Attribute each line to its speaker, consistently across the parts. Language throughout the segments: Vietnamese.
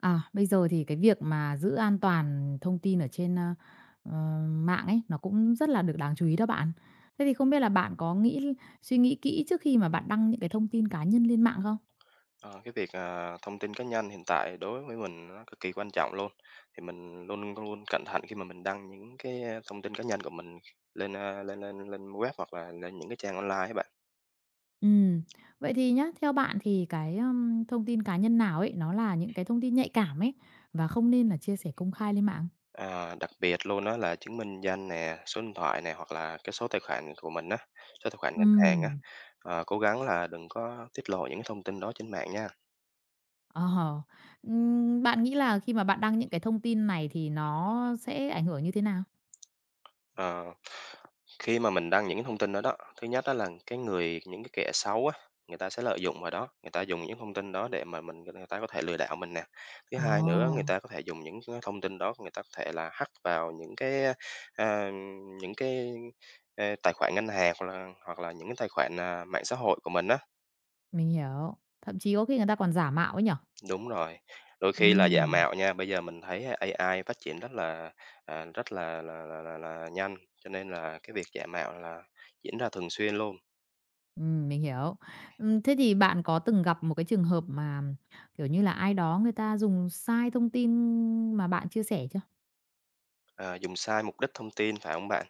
Speaker 1: À, bây giờ thì cái việc mà giữ an toàn thông tin ở trên, ờ, mạng ấy, nó cũng rất là được đáng chú ý đó bạn. Thế thì không biết là bạn có suy nghĩ kỹ trước khi mà bạn đăng những cái thông tin cá nhân lên mạng không?
Speaker 2: Thông tin cá nhân hiện tại đối với mình nó cực kỳ quan trọng luôn, thì mình luôn luôn cẩn thận khi mà mình đăng những cái, thông tin cá nhân của mình lên web hoặc là lên những cái trang online á bạn.
Speaker 1: Ừ. Vậy thì nhá, theo bạn thì thông tin cá nhân nào ấy, nó là những cái thông tin nhạy cảm ấy, và không nên là chia sẻ công khai lên mạng?
Speaker 2: Đặc biệt luôn đó là chứng minh danh nè, số điện thoại nè, hoặc là cái số tài khoản của mình á, số tài khoản ngân hàng á,
Speaker 1: Ừm,
Speaker 2: cố gắng là đừng có tiết lộ những cái thông tin đó trên mạng nha.
Speaker 1: ờ, bạn nghĩ là khi mà bạn đăng những cái thông tin này thì nó sẽ ảnh hưởng như thế nào?
Speaker 2: Ờ, Khi mà mình đăng những cái thông tin đó đó, thứ nhất đó là cái người những cái kẻ xấu á, người ta sẽ lợi dụng vào đó, người ta dùng những thông tin đó để mà mình người ta có thể lừa đảo mình nè. Thứ
Speaker 1: Ồ.
Speaker 2: hai nữa, người ta có thể dùng những cái thông tin đó, người ta có thể là hack vào những cái, à, những cái, tài khoản ngân hàng hoặc là những cái tài khoản, mạng xã hội của mình á.
Speaker 1: Mình hiểu, thậm chí có khi người ta còn giả mạo ấy nhỉ?
Speaker 2: Đúng rồi, đôi khi là giả
Speaker 1: Ừm,
Speaker 2: mạo nha. Bây giờ mình thấy AI phát triển rất là, rất là nhanh, cho nên là cái việc giả mạo là diễn ra thường xuyên luôn,
Speaker 1: mình hiểu. Thế thì bạn có từng gặp một cái trường hợp mà, kiểu như là, ai đó người ta dùng sai thông tin mà bạn chia sẻ chưa?
Speaker 2: ờ, dùng sai mục đích thông tin, phải không bạn?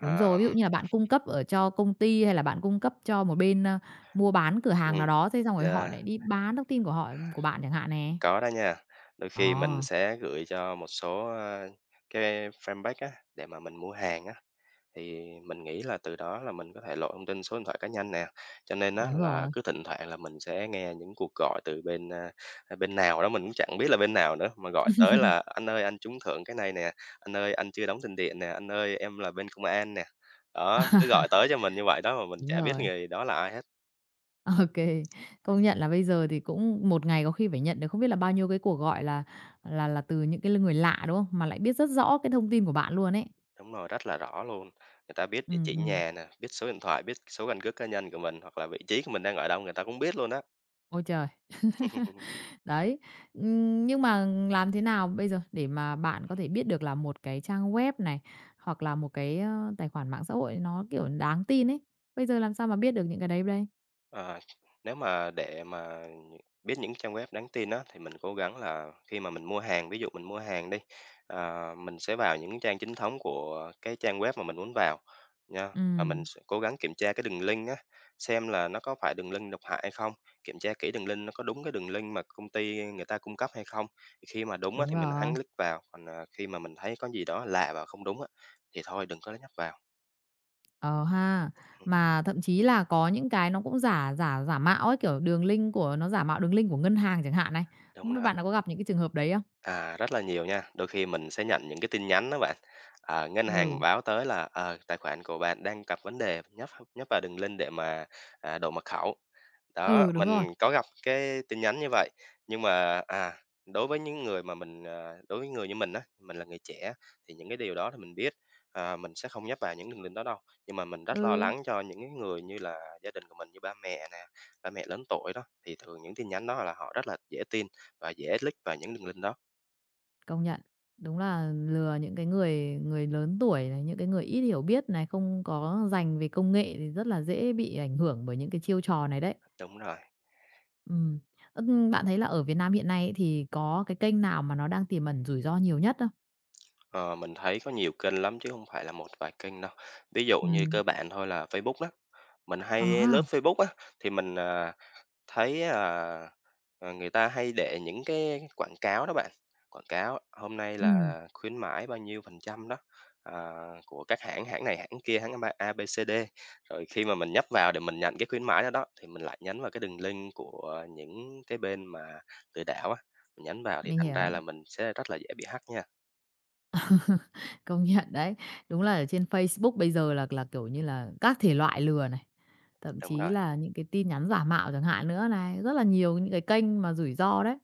Speaker 1: Đúng rồi, ví dụ như là bạn cung cấp ở cho công ty hay là bạn cung cấp cho một bên, mua bán cửa hàng
Speaker 2: ừm,
Speaker 1: nào đó, thế xong rồi họ
Speaker 2: yeah,
Speaker 1: lại đi bán thông tin của họ của bạn chẳng hạn nè.
Speaker 2: có đó nha. Đôi
Speaker 1: Ờ,
Speaker 2: khi mình sẽ gửi cho một số, cái fanpage á, để mà mình mua hàng á. Thì mình nghĩ là từ đó là mình có thể lộ thông tin số điện thoại cá nhân nè, cho nên á
Speaker 1: đúng
Speaker 2: là
Speaker 1: rồi,
Speaker 2: cứ thỉnh thoảng là mình sẽ nghe những cuộc gọi từ bên nào đó mình cũng chẳng biết là bên nào nữa, mà gọi tới là "Anh ơi, anh trúng thưởng cái này nè, anh ơi, anh chưa đóng tiền điện nè, anh ơi, em là bên công an nè." Đó, cứ gọi tới cho mình như vậy đó mà mình
Speaker 1: đúng
Speaker 2: chả biết
Speaker 1: rồi.
Speaker 2: người đó là ai hết.
Speaker 1: OK, công nhận là bây giờ thì cũng một ngày có khi phải nhận được không biết là bao nhiêu cái cuộc gọi là từ những cái l người lạ, đúng không? Mà lại biết rất rõ cái thông tin của bạn luôn ấy.
Speaker 2: Đúng rồi, rất là rõ luôn, người ta biết
Speaker 1: Ừ,
Speaker 2: địa chỉ
Speaker 1: ừm.
Speaker 2: nhà nè, biết số điện thoại, biết số căn cước cá nhân của mình, hoặc là vị trí của mình đang ở đâu người ta cũng biết luôn á.
Speaker 1: Ôi trời! Đấy, nhưng mà làm thế nào bây giờ để mà bạn có thể biết được là một cái trang web này, hoặc là một tài khoản mạng xã hội nó, kiểu, đáng tin ấy? Bây giờ làm sao mà biết được những cái đấy đây?
Speaker 2: À, nếu mà để mà nhị- Biết những trang web đáng tin á, thì mình cố gắng là khi mà mình mua hàng, ví dụ mình mua hàng đi, mình sẽ vào những trang chính thống của cái trang web mà mình muốn vào nha.
Speaker 1: Ừ,
Speaker 2: Và mình sẽ cố gắng kiểm tra cái đường link á, xem là nó có phải đường link độc hại hay không, kiểm tra kỹ đường link nó có đúng cái đường link mà công ty người ta cung cấp hay không. Thì khi mà đúng á,
Speaker 1: đúng
Speaker 2: thì mình
Speaker 1: rồi.
Speaker 2: hắn click vào, còn khi mà mình thấy có gì đó lạ và không đúng á, thì thôi đừng có nhấp vào.
Speaker 1: Ờ ha. Mà thậm chí là có những cái nó cũng giả giả giả mạo ấy, kiểu, đường link của nó giả mạo đường link của ngân hàng chẳng hạn này.
Speaker 2: Đúng.
Speaker 1: Không biết bạn đã có gặp những cái trường hợp đấy không?
Speaker 2: Rất là nhiều nha. Đôi khi mình sẽ nhận những cái tin nhắn đó bạn. Ngân hàng
Speaker 1: Ừ,
Speaker 2: báo tới là tài khoản của bạn đang gặp vấn đề, nhấp nhấp vào đường link để mà đổi mật khẩu. Đó,
Speaker 1: ừ, đúng rồi,
Speaker 2: mình có gặp cái tin nhắn như vậy. Nhưng mà đối với những người mà đối với người như mình á, mình là người trẻ thì những cái điều đó thì mình biết. Mình sẽ không nhấp vào những đường link đó đâu. Nhưng mà mình rất lo
Speaker 1: ừ,
Speaker 2: lắng cho những cái người như là gia đình của mình như ba mẹ nè, ba mẹ lớn tuổi đó thì thường những tin nhắn đó là họ rất là dễ tin và dễ click vào những đường link đó.
Speaker 1: công nhận. Đúng là lừa những cái người người lớn tuổi này, những cái người ít hiểu biết này, không có dành về công nghệ thì rất là dễ bị ảnh hưởng bởi những cái chiêu trò này đấy.
Speaker 2: Đúng rồi.
Speaker 1: Ừ. Ừm. Bạn thấy là ở Việt Nam hiện nay ấy thì có cái kênh nào mà nó đang tiềm ẩn rủi ro nhiều nhất không?
Speaker 2: Ờ, mình thấy có nhiều kênh lắm chứ không phải là một vài kênh đâu. Ví dụ như
Speaker 1: Ừm.
Speaker 2: cơ bản thôi là Facebook đó. Mình
Speaker 1: Ờ
Speaker 2: hay
Speaker 1: ha,
Speaker 2: lướt Facebook á thì mình, thấy, người ta hay để những cái quảng cáo đó bạn, quảng cáo hôm nay
Speaker 1: ừm,
Speaker 2: là khuyến mãi bao nhiêu phần trăm đó, à, của các hãng, hãng này, hãng kia, hãng A A, B, C, D. Rồi khi mà mình nhấp vào để mình nhận cái khuyến mãi đó đó, thì mình lại nhấn vào cái đường link của những cái bên mà lừa đảo á, mình nhấn vào thì
Speaker 1: mình
Speaker 2: thành ra là
Speaker 1: hiểu.
Speaker 2: mình sẽ rất là dễ bị hack nha.
Speaker 1: Công nhận đấy. Đúng là ở trên Facebook bây giờ là, kiểu như là, các thể loại lừa này, thậm
Speaker 2: Đúng
Speaker 1: chí
Speaker 2: rồi,
Speaker 1: là những cái tin nhắn giả mạo chẳng hạn nữa này, rất là nhiều những cái kênh mà rủi ro đấy.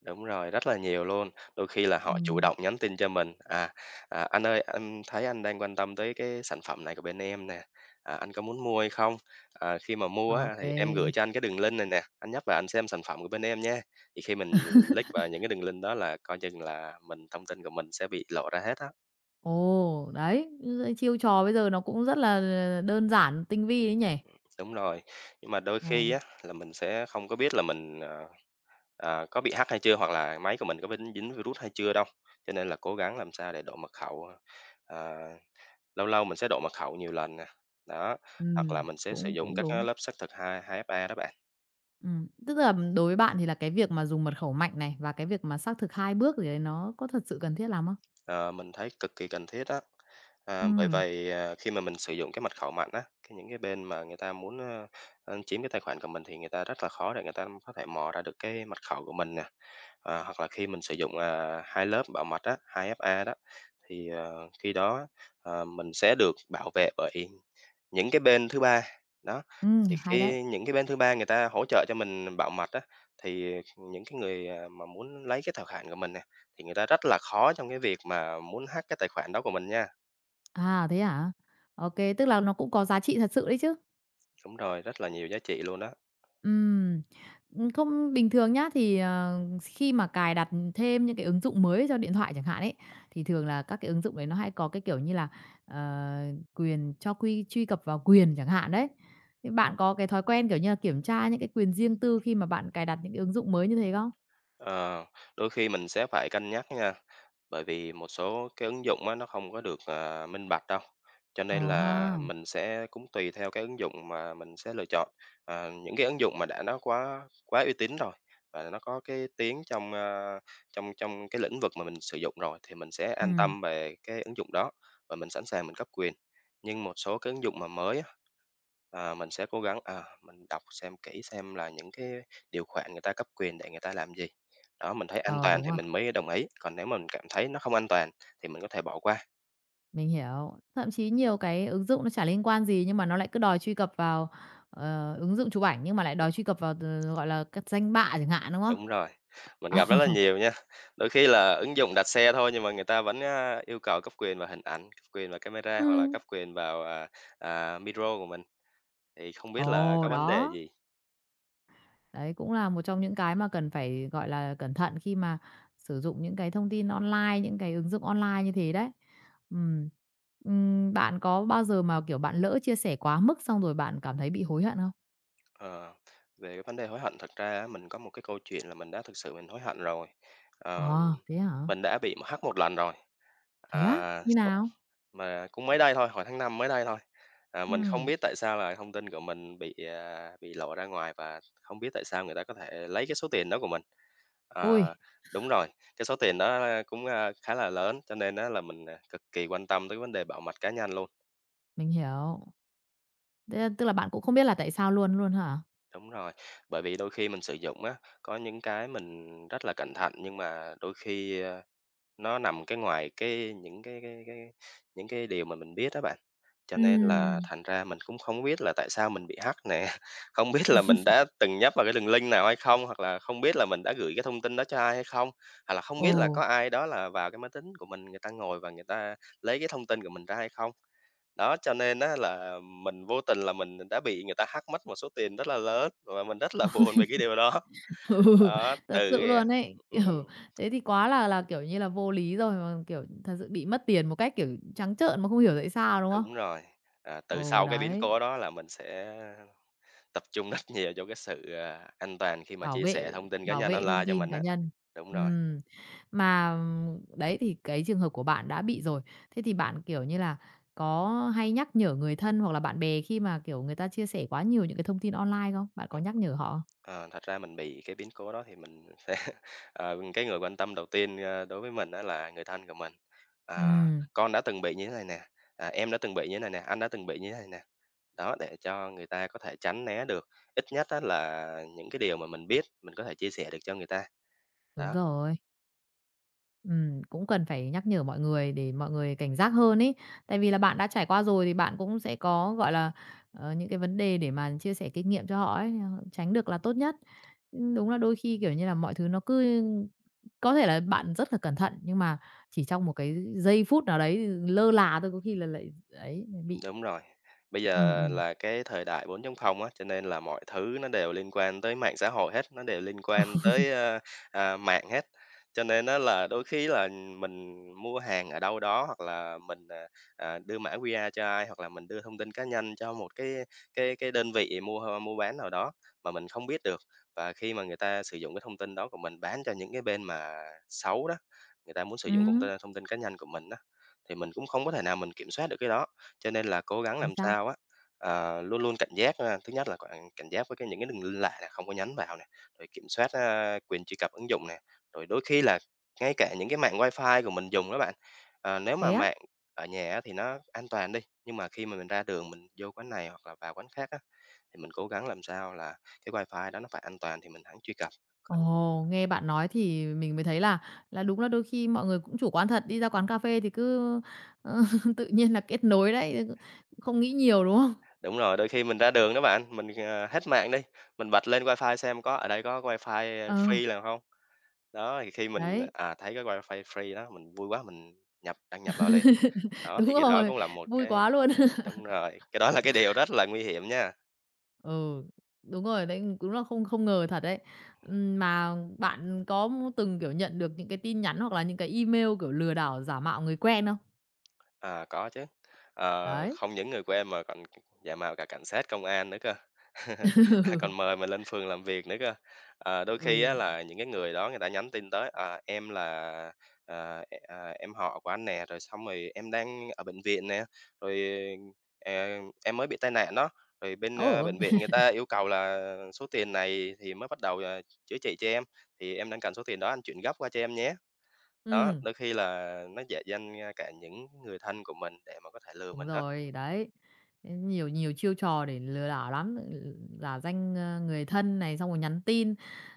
Speaker 2: đúng rồi, rất là nhiều luôn. Đôi khi là họ chủ
Speaker 1: Ừm,
Speaker 2: động nhắn tin cho mình, "Anh ơi, anh thấy anh đang quan tâm tới cái sản phẩm này của bên em nè, anh có muốn mua hay không? Khi mà mua
Speaker 1: ô
Speaker 2: á thì em gửi cho anh cái đường link này nè, anh nhấp vào anh xem sản phẩm của bên em nha." Thì khi mình click vào những cái đường link đó là coi chừng là mình thông tin của mình sẽ bị lộ ra hết á.
Speaker 1: Ồ, đấy, chiêu trò bây giờ nó cũng rất là đơn giản, tinh vi đấy nhỉ?
Speaker 2: Đúng rồi, nhưng mà đôi
Speaker 1: Ờ,
Speaker 2: khi á là mình sẽ không có biết là mình, có bị hack hay chưa, hoặc là máy của mình có bị dính dính virus hay chưa đâu. Cho nên là cố gắng làm sao để đổi mật khẩu, ờ, lâu lâu mình sẽ đổi mật khẩu nhiều lần nè, đó, hoặc là
Speaker 1: ừm,
Speaker 2: mình sẽ sử
Speaker 1: cũng
Speaker 2: dụng
Speaker 1: cũng
Speaker 2: các cái
Speaker 1: đúng.
Speaker 2: lớp xác thực hai hai fa đó bạn.
Speaker 1: Tức là đối với bạn thì là cái việc mà dùng mật khẩu mạnh này và cái việc mà xác thực 2 bước thì đấy nó có thật sự cần thiết lắm không?
Speaker 2: Ờ, mình thấy cực kỳ cần thiết á. Bởi
Speaker 1: Ừm,
Speaker 2: vậy, khi mà mình sử dụng cái mật khẩu mạnh á, cái những cái bên mà người ta muốn, ơ, ơ, chiếm cái tài khoản của mình thì người ta rất là khó để người ta có thể mò ra được cái mật khẩu của mình nè, hoặc là khi mình sử dụng, 2 lớp bảo mật á, 2FA đó. Thì, khi đó, mình sẽ được bảo vệ bởi những cái bên thứ ba, đó. Thì
Speaker 1: hay đấy.
Speaker 2: khi những cái bên thứ ba người ta hỗ trợ cho mình bảo mật á, thì những cái người, mà muốn lấy cái tài khoản của mình nè, thì người ta rất là khó trong cái việc mà muốn hack cái tài khoản đó của mình nha.
Speaker 1: À, thế hả? OK, tức là nó cũng có giá trị thật sự đấy chứ.
Speaker 2: Đúng rồi, rất là nhiều giá trị luôn đó.
Speaker 1: Ừm, không, bình thường nhá, thì, khi mà cài đặt thêm những cái ứng dụng mới cho điện thoại chẳng hạn ấy, thì thường là các cái ứng dụng đấy nó hay có cái, kiểu như là, ờ, quyền cho truy cập vào quyền chẳng hạn đấy. Thì bạn có cái thói quen, kiểu như là, kiểm tra những cái quyền riêng tư khi mà bạn cài đặt những cái ứng dụng mới như thế không?
Speaker 2: Ờ, Đôi khi mình sẽ phải cân nhắc nha. Bởi vì một số cái ứng dụng á, nó không có được, minh bạch đâu, cho nên
Speaker 1: Ờ
Speaker 2: là
Speaker 1: ha,
Speaker 2: mình sẽ cũng tùy theo cái ứng dụng mà mình sẽ lựa chọn. Những cái ứng dụng mà đã nó quá quá uy tín rồi và nó có cái tiếng trong, trong cái lĩnh vực mà mình sử dụng rồi thì mình sẽ
Speaker 1: ừ
Speaker 2: an tâm về cái ứng dụng đó và mình sẵn sàng mình cấp quyền. Nhưng một số cái ứng dụng mà mới á, mình sẽ cố gắng, mình đọc xem kỹ xem là những cái điều khoản người ta cấp quyền để người ta làm gì. Đó, mình thấy an
Speaker 1: ờ,
Speaker 2: toàn
Speaker 1: đúng
Speaker 2: thì
Speaker 1: rồi.
Speaker 2: mình mới đồng ý, còn nếu mà mình cảm thấy nó không an toàn thì mình có thể bỏ qua.
Speaker 1: Mình hiểu. Thậm chí nhiều cái ứng dụng nó chả liên quan gì nhưng mà nó lại cứ đòi truy cập vào, ứng dụng chụp ảnh nhưng mà lại đòi truy cập vào gọi là, các danh bạ chẳng hạn, đúng không?
Speaker 2: Đúng rồi, mình gặp rất là nhiều nha. Đôi khi là ứng dụng đặt xe thôi nhưng mà người ta vẫn, yêu cầu cấp quyền vào hình ảnh, cấp quyền vào
Speaker 1: Ừ,
Speaker 2: camera hoặc là
Speaker 1: Ừm.
Speaker 2: cấp quyền vào, micro của mình, thì không biết là
Speaker 1: Ồ,
Speaker 2: có vấn đề
Speaker 1: đó.
Speaker 2: gì?
Speaker 1: Đấy cũng là một trong những cái mà cần phải, gọi là, cẩn thận khi mà sử dụng những cái thông tin online, những cái ứng dụng online như thế đấy. Ừm. Bạn có bao giờ mà, kiểu, bạn lỡ chia sẻ quá mức xong rồi bạn cảm thấy bị hối hận không?
Speaker 2: Ờ, Về cái vấn đề hối hận thật ra á, mình có một cái câu chuyện là mình đã thực sự mình hối hận rồi. Ờm,
Speaker 1: Ờ, thế hả?
Speaker 2: mình đã bị hack một lần rồi.
Speaker 1: Thế á?
Speaker 2: à
Speaker 1: Như nào?
Speaker 2: Mà cũng mới đây thôi, hồi tháng 5 mới đây thôi. Mình không
Speaker 1: Ừm.
Speaker 2: biết tại sao là thông tin của mình bị, bị lộ ra ngoài và không biết tại sao người ta có thể lấy cái số tiền đó của mình. Ờ,
Speaker 1: Ui.
Speaker 2: Đúng rồi, cái số tiền đó cũng, khá là lớn, cho nên đó là mình, cực kỳ quan tâm tới vấn đề bảo mật cá nhân luôn.
Speaker 1: Mình hiểu. Thế là tức là bạn cũng không biết là tại sao luôn luôn hả?
Speaker 2: Đúng rồi, bởi vì đôi khi mình sử dụng á, có những cái mình rất là cẩn thận nhưng mà đôi khi, nó nằm cái ngoài cái những cái điều mà mình biết đó bạn. Cho nên là
Speaker 1: Ừm.
Speaker 2: thành ra mình cũng không biết là tại sao mình bị hack nè, không biết là mình đã từng nhấp vào cái đường link nào hay không, hoặc là không biết là mình đã gửi cái thông tin đó cho ai hay không, hoặc là không
Speaker 1: Ồ,
Speaker 2: biết là có ai đó là vào cái máy tính của mình, người ta ngồi và người ta lấy cái thông tin của mình ra hay không. Đó, cho nên á là mình vô tình là mình đã bị người ta hack mất một số tiền rất là lớn và mình rất là buồn về cái điều đó.
Speaker 1: ừ,
Speaker 2: Đó,
Speaker 1: thật
Speaker 2: từ,
Speaker 1: sự
Speaker 2: à
Speaker 1: luôn ấy. Kiểu, thế thì quá là, kiểu như là, vô lý rồi, mà, kiểu, thật sự bị mất tiền một cách, kiểu, trắng trợn mà không hiểu tại sao, đúng không?
Speaker 2: Đúng rồi, từ
Speaker 1: Ồ
Speaker 2: sau cái biến
Speaker 1: đấy,
Speaker 2: cố đó là mình sẽ tập trung rất nhiều cho cái sự, an toàn khi mà
Speaker 1: bảo
Speaker 2: chia sẻ
Speaker 1: vệ
Speaker 2: thông tin cá
Speaker 1: bảo
Speaker 2: nhân
Speaker 1: vệ thông
Speaker 2: online cho
Speaker 1: tin
Speaker 2: mình
Speaker 1: cá
Speaker 2: á.
Speaker 1: nhân.
Speaker 2: Đúng rồi.
Speaker 1: Ừm, mà đấy, thì cái trường hợp của bạn đã bị rồi. Thế thì bạn, kiểu như là, có hay nhắc nhở người thân hoặc là bạn bè khi mà, kiểu, người ta chia sẻ quá nhiều những cái thông tin online không? Bạn có nhắc nhở họ không?
Speaker 2: Ờ, Thật ra mình bị cái biến cố đó thì mình sẽ cái người quan tâm đầu tiên, đối với mình đó là người thân của mình. "À,
Speaker 1: Ừm.
Speaker 2: con đã từng bị như thế này nè, à, em đã từng bị như thế này nè, anh đã từng bị như thế này nè." Đó, để cho người ta có thể tránh né được, ít nhất á là những cái điều mà mình biết mình có thể chia sẻ được cho người ta.
Speaker 1: Đúng
Speaker 2: Đó.
Speaker 1: rồi. Cũng cần phải nhắc nhở mọi người để mọi người cảnh giác hơn ấy. Tại vì là bạn đã trải qua rồi thì bạn cũng sẽ có, gọi là, những cái vấn đề để mà chia sẻ kinh nghiệm cho họ ấy, tránh được là tốt nhất. Ưm, đúng là đôi khi, kiểu như là, mọi thứ nó cứ có thể là bạn rất là cẩn thận, nhưng mà chỉ trong một cái giây phút nào đấy lơ là thôi có khi là lại ấy, bị
Speaker 2: Đúng rồi. Bây
Speaker 1: ừm,
Speaker 2: giờ
Speaker 1: ừm.
Speaker 2: là cái thời đại 4.0 á, cho nên là mọi thứ nó đều liên quan tới mạng xã hội hết, nó đều liên quan tới, mạng hết. Cho nên á là đôi khi là mình mua hàng ở đâu đó hoặc là mình, đưa mã QR cho ai, hoặc là mình đưa thông tin cá nhân cho một cái đơn vị mua mua bán nào đó mà mình không biết được. Và khi mà người ta sử dụng cái thông tin đó của mình bán cho những cái bên mà xấu đó, người ta muốn sử dụng thông
Speaker 1: Ừm,
Speaker 2: tin thông tin cá nhân của mình đó, thì mình cũng không có thể nào mình kiểm soát được cái đó. Cho nên là cố gắng
Speaker 1: chính
Speaker 2: làm
Speaker 1: xác.
Speaker 2: sao á, ờ, luôn luôn cảnh giác ha. Thứ nhất là cảnh cảnh giác với cái những cái đường link lạ là không có nhấn vào nè, rồi kiểm soát, quyền truy cập ứng dụng nè, rồi đôi khi là ngay cả những cái mạng wifi của mình dùng đó bạn, ờ, nếu
Speaker 1: Thế
Speaker 2: mà
Speaker 1: á?
Speaker 2: mạng ở nhà á thì nó an toàn đi, nhưng mà khi mà mình ra đường mình vô quán này hoặc là vào quán khác á, thì mình cố gắng làm sao là cái wifi đó nó phải an toàn thì mình hẵng truy cập.
Speaker 1: Ồ, nghe bạn nói thì mình mới thấy là đúng là đôi khi mọi người cũng chủ quan thật, đi ra quán cà phê thì cứ, ơ, tự nhiên là kết nối đấy, không nghĩ nhiều, đúng không?
Speaker 2: Đúng rồi, đôi khi mình ra đường đó bạn, mình, ờ, hết mạng đi, mình bật lên wifi xem có ở đây có wifi ờ,
Speaker 1: Ờ,
Speaker 2: free là không? Đó, thì khi mình,
Speaker 1: đấy,
Speaker 2: thấy cái wifi free đó, mình vui quá mình nhập đăng nhập vào liền. Đó,
Speaker 1: đúng
Speaker 2: thì cái đó
Speaker 1: rồi,
Speaker 2: cũng là một
Speaker 1: vui
Speaker 2: cái
Speaker 1: quá luôn.
Speaker 2: Đúng rồi, cái đó là cái điều rất là nguy hiểm nha.
Speaker 1: Ừ, đúng rồi, đấy, đúng là không không ngờ thật đấy. Mà bạn có từng, kiểu, nhận được những cái tin nhắn hoặc là những cái email, kiểu, lừa đảo giả mạo người quen không?
Speaker 2: À, có chứ. Ờ,
Speaker 1: Đấy.
Speaker 2: không những người của em mà còn giả mạo cả cảnh sát, công an nữa cơ, còn mời mình lên phường làm việc nữa cơ. Ờ, đôi
Speaker 1: Ừ.
Speaker 2: khi á
Speaker 1: Ừ.
Speaker 2: là những cái người đó người ta nhắn tin tới, à, "Em là, em họ của anh nè, rồi xong rồi em đang ở bệnh viện nè, rồi, ờ, em mới bị tai nạn đó, rồi bên,
Speaker 1: Ồ!
Speaker 2: bệnh viện người ta yêu cầu là số tiền này thì mới bắt đầu, chữa trị cho em, thì em đang cần số tiền đó anh chuyển gấp qua cho em nhé." Đó,
Speaker 1: Ừm.
Speaker 2: đôi khi là nó dạ danh, cả những người thân của mình để mà có thể lừa
Speaker 1: Đúng
Speaker 2: mình đó.
Speaker 1: rồi, đấy. Thế nhiều nhiều chiêu trò để lừa đảo lắm, ừ, giả danh, người thân này, xong rồi nhắn tin,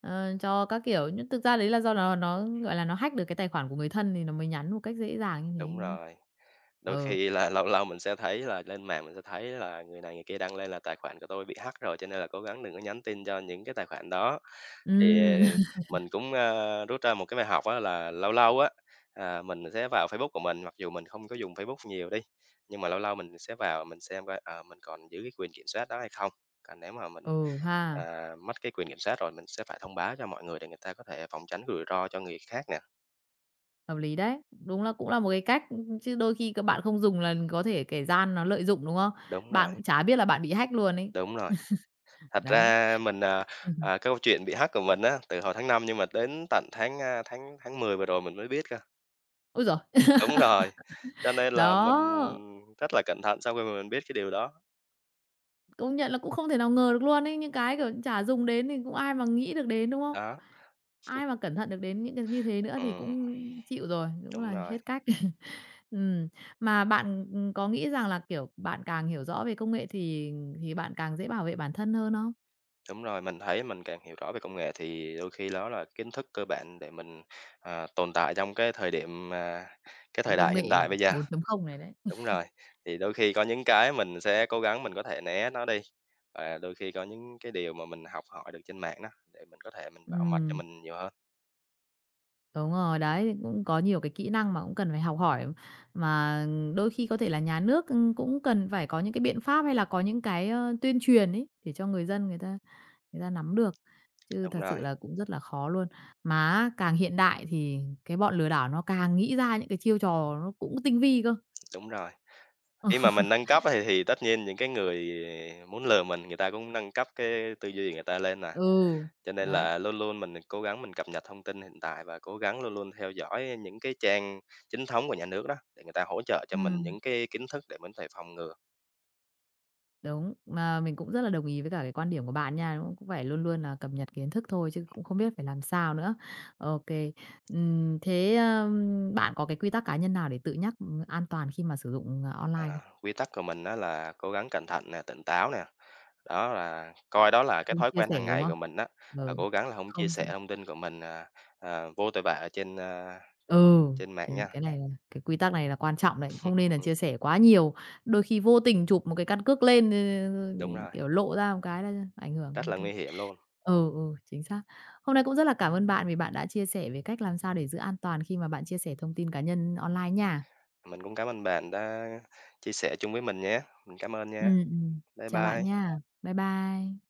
Speaker 1: cho các kiểu. Nhưng thực ra đấy là do nó, gọi là, nó hack được cái tài khoản của người thân thì nó mới nhắn một cách dễ dàng như thế,
Speaker 2: Đúng
Speaker 1: đúng không?
Speaker 2: rồi, đôi
Speaker 1: Ừ,
Speaker 2: khi là lâu lâu mình sẽ thấy là lên mạng mình sẽ thấy là người này người kia đăng lên là tài khoản của tôi bị hack rồi, cho nên là cố gắng đừng có nhắn tin cho những cái tài khoản đó. Thì, ờ,
Speaker 1: ừm,
Speaker 2: mình cũng, rút ra một cái bài học á là lâu lâu á, mình sẽ vào Facebook của mình, mặc dù mình không có dùng Facebook nhiều đi, nhưng mà lâu lâu mình sẽ vào mình xem coi, ờ, mình còn giữ cái quyền kiểm soát đó hay không? Còn nếu mà mình,
Speaker 1: ừ ha,
Speaker 2: mất cái quyền kiểm soát rồi mình sẽ phải thông báo cho mọi người để người ta có thể phòng tránh rủi ro cho người khác nè.
Speaker 1: hợp lý đấy. Đúng là cũng là một cái cách, chứ đôi khi các bạn không dùng là có thể kẻ gian nó lợi dụng, đúng không?
Speaker 2: Đúng
Speaker 1: Bạn
Speaker 2: rồi,
Speaker 1: cũng chả biết là bạn bị hack luôn ấy.
Speaker 2: đúng rồi. Thật
Speaker 1: Đấy.
Speaker 2: ra mình, à, à, Cái câu chuyện bị hack của mình á, từ hồi tháng 5 nhưng mà đến tận tháng, tháng 10 vừa rồi mình mới biết cơ.
Speaker 1: Ôi giời!
Speaker 2: Đúng rồi, cho nên là mình
Speaker 1: Đó.
Speaker 2: rất là cẩn thận sau khi mà mình biết cái điều đó.
Speaker 1: Công nhận là cũng không thể nào ngờ được luôn ấy, những cái, kiểu, chả dùng đến thì cũng ai mà nghĩ được đến, đúng không?
Speaker 2: Đó,
Speaker 1: Ai mà cẩn thận được đến những cái như thế nữa thì
Speaker 2: ừm,
Speaker 1: cũng chịu rồi, cũng
Speaker 2: đúng
Speaker 1: là
Speaker 2: rồi,
Speaker 1: hết cách. Ừm, mà bạn, có nghĩ rằng là, kiểu, bạn càng hiểu rõ về công nghệ thì bạn càng dễ bảo vệ bản thân hơn không?
Speaker 2: đúng rồi, mình thấy mình càng hiểu rõ về công nghệ thì đôi khi đó là kiến thức cơ bản để mình, tồn tại trong cái thời điểm mà cái thời
Speaker 1: Công
Speaker 2: đại hiện
Speaker 1: nghệ
Speaker 2: đại bây giờ.
Speaker 1: 4 không này đấy.
Speaker 2: Đúng rồi, thì đôi khi có những cái mình sẽ cố gắng mình có thể né nó đi, và đôi khi có những cái điều mà mình học hỏi được trên mạng đó, để mình có thể mình bảo mật cho
Speaker 1: Ừm.
Speaker 2: mình nhiều hơn.
Speaker 1: Đúng rồi, đấy, cũng có nhiều cái kỹ năng mà cũng cần phải học hỏi, mà đôi khi có thể là nhà nước, ưm, cũng cần phải có những cái biện pháp hay là có những cái, tuyên truyền ấy, để cho người dân người ta nắm được, chứ
Speaker 2: Đúng
Speaker 1: thật
Speaker 2: rồi,
Speaker 1: sự là cũng rất là khó luôn. Mà càng hiện đại thì cái bọn lừa đảo nó càng nghĩ ra những cái chiêu trò nó cũng tinh vi cơ.
Speaker 2: đúng rồi. Khi mà mình nâng cấp á thì tất nhiên những cái người muốn lừa mình, người ta cũng nâng cấp cái tư duy người ta lên à,
Speaker 1: Ừ,
Speaker 2: cho nên
Speaker 1: đấy,
Speaker 2: là luôn luôn mình cố gắng mình cập nhật thông tin hiện tại và cố gắng luôn luôn theo dõi những cái trang chính thống của nhà nước đó, để người ta hỗ trợ cho mình
Speaker 1: ừm.
Speaker 2: những cái kiến thức để mình có thể phòng ngừa.
Speaker 1: Đúng, mà mình cũng rất là đồng ý với cả cái quan điểm của bạn nha, đúng không? Cũng phải luôn luôn là cập nhật kiến thức thôi chứ cũng không biết phải làm sao nữa. OK. Thế bạn có cái quy tắc cá nhân nào để tự nhắc, an toàn khi mà sử dụng, online
Speaker 2: À,
Speaker 1: không?
Speaker 2: quy tắc của mình đó là cố gắng cẩn thận nè, tỉnh táo nè, đó là coi đó là cái
Speaker 1: Không
Speaker 2: thói
Speaker 1: chia
Speaker 2: quen
Speaker 1: sẻ,
Speaker 2: hàng
Speaker 1: đúng
Speaker 2: ngày
Speaker 1: không?
Speaker 2: của mình đó và
Speaker 1: Ừ,
Speaker 2: cố gắng là không chia
Speaker 1: không chia
Speaker 2: sẻ thông tin của mình, vô tội vạ ở trên,
Speaker 1: ừ,
Speaker 2: trên mạng
Speaker 1: chính
Speaker 2: nha.
Speaker 1: cái này là cái quy tắc này là quan trọng đấy, không nên là
Speaker 2: Ừm,
Speaker 1: chia sẻ quá nhiều. Đôi khi vô tình chụp một cái căn cước lên,
Speaker 2: đúng rồi,
Speaker 1: kiểu, lộ ra một cái là ảnh hưởng.
Speaker 2: rất là
Speaker 1: Ô
Speaker 2: nguy hiểm luôn.
Speaker 1: Ừ, chính xác. Hôm nay cũng rất là cảm ơn bạn vì bạn đã chia sẻ về cách làm sao để giữ an toàn khi mà bạn chia sẻ thông tin cá nhân online nha.
Speaker 2: Mình cũng cảm ơn bạn đã chia sẻ chung với mình nhé. Mình cảm ơn nha.
Speaker 1: Ừm, ừm,
Speaker 2: Bye
Speaker 1: chào bạn
Speaker 2: bye.
Speaker 1: nha. Bye bye.